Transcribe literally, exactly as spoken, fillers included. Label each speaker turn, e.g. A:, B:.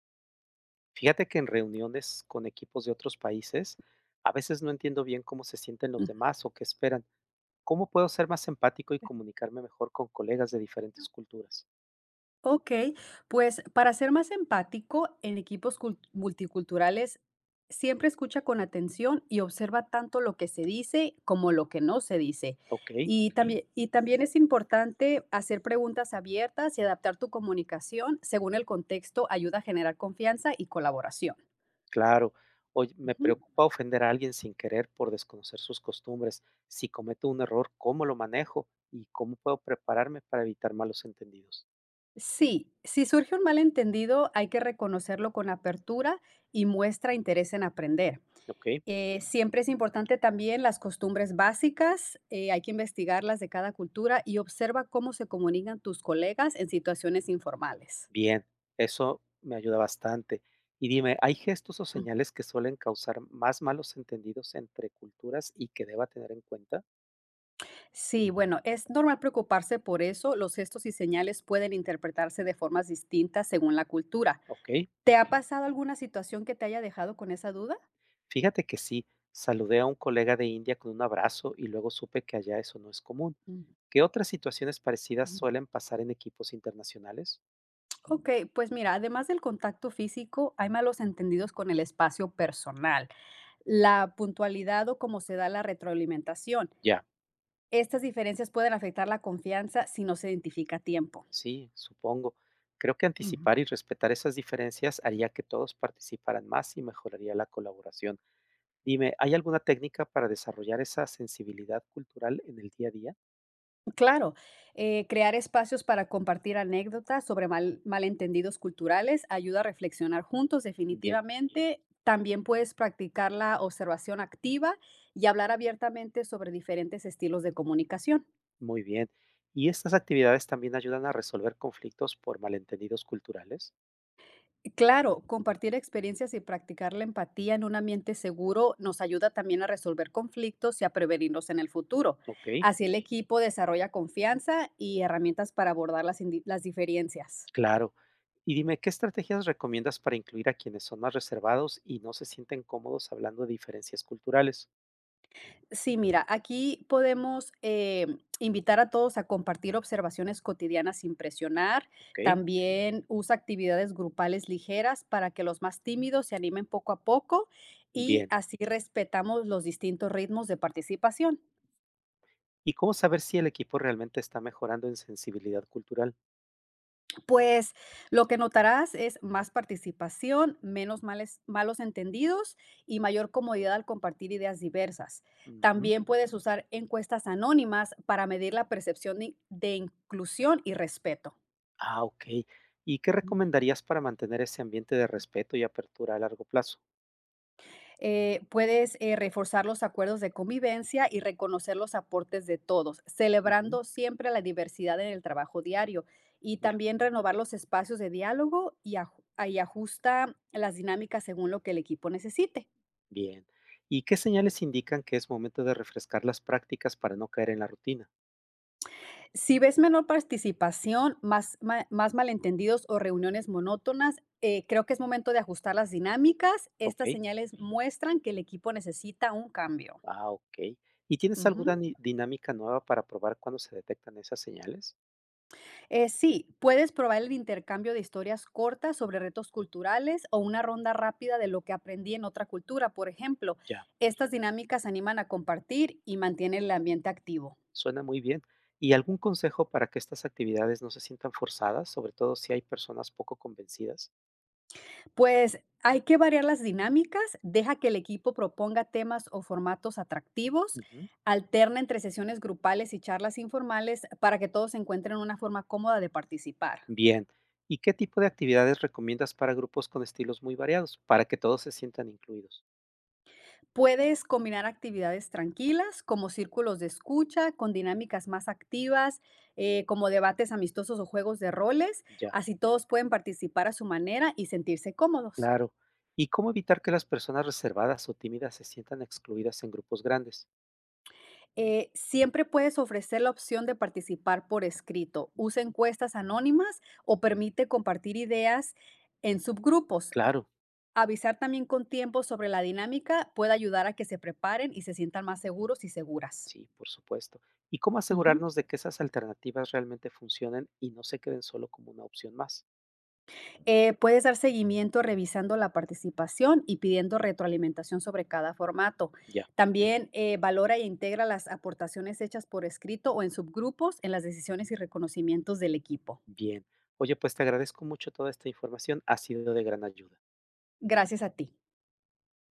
A: Fíjate que en reuniones con equipos de otros países, a veces no entiendo bien cómo se sienten los
B: Mm,
A: demás o qué esperan. ¿Cómo puedo ser más empático y comunicarme mejor con colegas de diferentes culturas?
B: okey, pues, para ser más empático en equipos cul multiculturales, siempre escucha con atención y observa tanto lo que se dice como lo que no se dice.
A: Ok,
B: Y, okey, también y también es importante hacer preguntas abiertas y adaptar tu comunicación según el contexto, ayuda a generar confianza y colaboración.
A: claro. Oye, me
B: Ujú.
A: preocupa ofender a alguien sin querer por desconocer sus costumbres. Si cometo un error, ¿cómo lo manejo? ¿Y cómo puedo prepararme para evitar malos entendidos?
B: Sí, si surge un malentendido, hay que reconocerlo con apertura y muestra interés en aprender.
A: Ok.
B: Eh, siempre es importante también las costumbres básicas, eh, hay que investigarlas de cada cultura y observa cómo se comunican tus colegas en situaciones informales.
A: Bien, eso me ayuda bastante. Y dime, ¿hay gestos o
B: Ujú.
A: señales que suelen causar más malos entendidos entre culturas y que deba tener en cuenta?
B: Sí, bueno, es normal preocuparse por eso. Los gestos y señales pueden interpretarse de formas distintas según la cultura.
A: Ok,
B: ¿Te ha pasado alguna situación que te haya dejado con esa duda?
A: fíjate que sí, saludé a un colega de India con un abrazo y luego supe que allá eso no es común.
B: Mm,
A: ¿Qué otras situaciones parecidas
B: ujú.
A: suelen pasar en equipos internacionales?
B: Ok, pues mira, además del contacto físico, hay malos entendidos con el espacio personal, la puntualidad o cómo se da la retroalimentación.
A: Ya,
B: Estas diferencias pueden afectar la confianza si no se identifica a tiempo.
A: sí, supongo. Creo que
B: Ujú.
A: anticipar y respetar esas diferencias haría que todos participaran más y mejoraría la colaboración. Dime, ¿hay alguna técnica para desarrollar esa sensibilidad cultural en el día a día?
B: Claro, eh, crear espacios para compartir anécdotas sobre mal- malentendidos culturales ayuda a reflexionar juntos
A: Bien,
B: definitivamente. También puedes practicar la observación activa y hablar abiertamente sobre diferentes estilos de comunicación.
A: muy bien. ¿Y estas actividades también ayudan a resolver conflictos por malentendidos culturales?
B: Claro, compartir experiencias y practicar la empatía en un ambiente seguro nos ayuda también a resolver conflictos y a prevenirlos en el futuro.
A: Ok,
B: Así el equipo desarrolla confianza y herramientas para abordar las, indi- las diferencias.
A: claro. Y dime, ¿qué estrategias recomiendas para incluir a quienes son más reservados y no se sienten cómodos hablando de diferencias culturales?
B: Sí, mira, aquí podemos eh, invitar a todos a compartir observaciones cotidianas sin presionar.
A: Ok,
B: También usa actividades grupales ligeras para que los más tímidos se animen poco a poco y
A: bien.
B: así respetamos los distintos ritmos de participación.
A: ¿Y cómo saber si el equipo realmente está mejorando en sensibilidad cultural?
B: Pues lo que notarás es más participación, menos males- malos entendidos y mayor comodidad al compartir ideas diversas.
A: Ujú.
B: También puedes usar encuestas anónimas para medir la percepción de, de inclusión y respeto.
A: Ah, ok. ¿Y qué recomendarías para mantener ese ambiente de respeto y apertura a largo plazo?
B: Eh, puedes eh, reforzar los acuerdos de convivencia y reconocer los aportes de todos,
A: Ujú,
B: celebrando siempre la diversidad en el trabajo diario, y
A: ya,
B: también renovar los espacios de diálogo y, aju- y ajusta las dinámicas según lo que el equipo necesite.
A: bien. ¿Y qué señales indican que es momento de refrescar las prácticas para no caer en la rutina?
B: Si ves menor participación, más, ma- más malentendidos o reuniones monótonas, eh, creo que es momento de ajustar las dinámicas.
A: Ok,
B: Estas señales muestran que el equipo necesita un cambio.
A: ah, ok. ¿Y tienes alguna
B: Ujú.
A: ni- dinámica nueva para probar cuando se detectan esas señales?
B: Eh, sí, puedes probar el intercambio de historias cortas sobre retos culturales o una ronda rápida de lo que aprendí en otra cultura, por ejemplo.
A: Ya,
B: Estas dinámicas animan a compartir y mantienen el ambiente activo.
A: suena muy bien. ¿Y algún consejo para que estas actividades no se sientan forzadas, sobre todo si hay personas poco convencidas?
B: Pues hay que variar las dinámicas, deja que el equipo proponga temas o formatos atractivos,
A: Ujú,
B: alterna entre sesiones grupales y charlas informales para que todos encuentren una forma cómoda de participar.
A: bien. ¿Y qué tipo de actividades recomiendas para grupos con estilos muy variados, para que todos se sientan incluidos?
B: Puedes combinar actividades tranquilas como círculos de escucha con dinámicas más activas, eh, como debates amistosos o juegos de roles.
A: Ya.
B: Así todos pueden participar a su manera y sentirse cómodos.
A: Claro. ¿Y cómo evitar que las personas reservadas o tímidas se sientan excluidas en grupos grandes?
B: Eh, siempre puedes ofrecer la opción de participar por escrito. Usa encuestas anónimas o permite compartir ideas en subgrupos.
A: Claro,
B: Avisar también con tiempo sobre la dinámica puede ayudar a que se preparen y se sientan más seguros y seguras.
A: sí, por supuesto. ¿Y cómo
B: Ujú.
A: asegurarnos de que esas alternativas realmente funcionen y no se queden solo como una opción más?
B: Eh, puedes dar seguimiento revisando la participación y pidiendo retroalimentación sobre cada formato.
A: Ya,
B: También eh, valora e integra las aportaciones hechas por escrito o en subgrupos en las decisiones y reconocimientos del equipo.
A: bien. Oye, pues te agradezco mucho toda esta información, ha sido de gran ayuda.
B: Gracias a ti.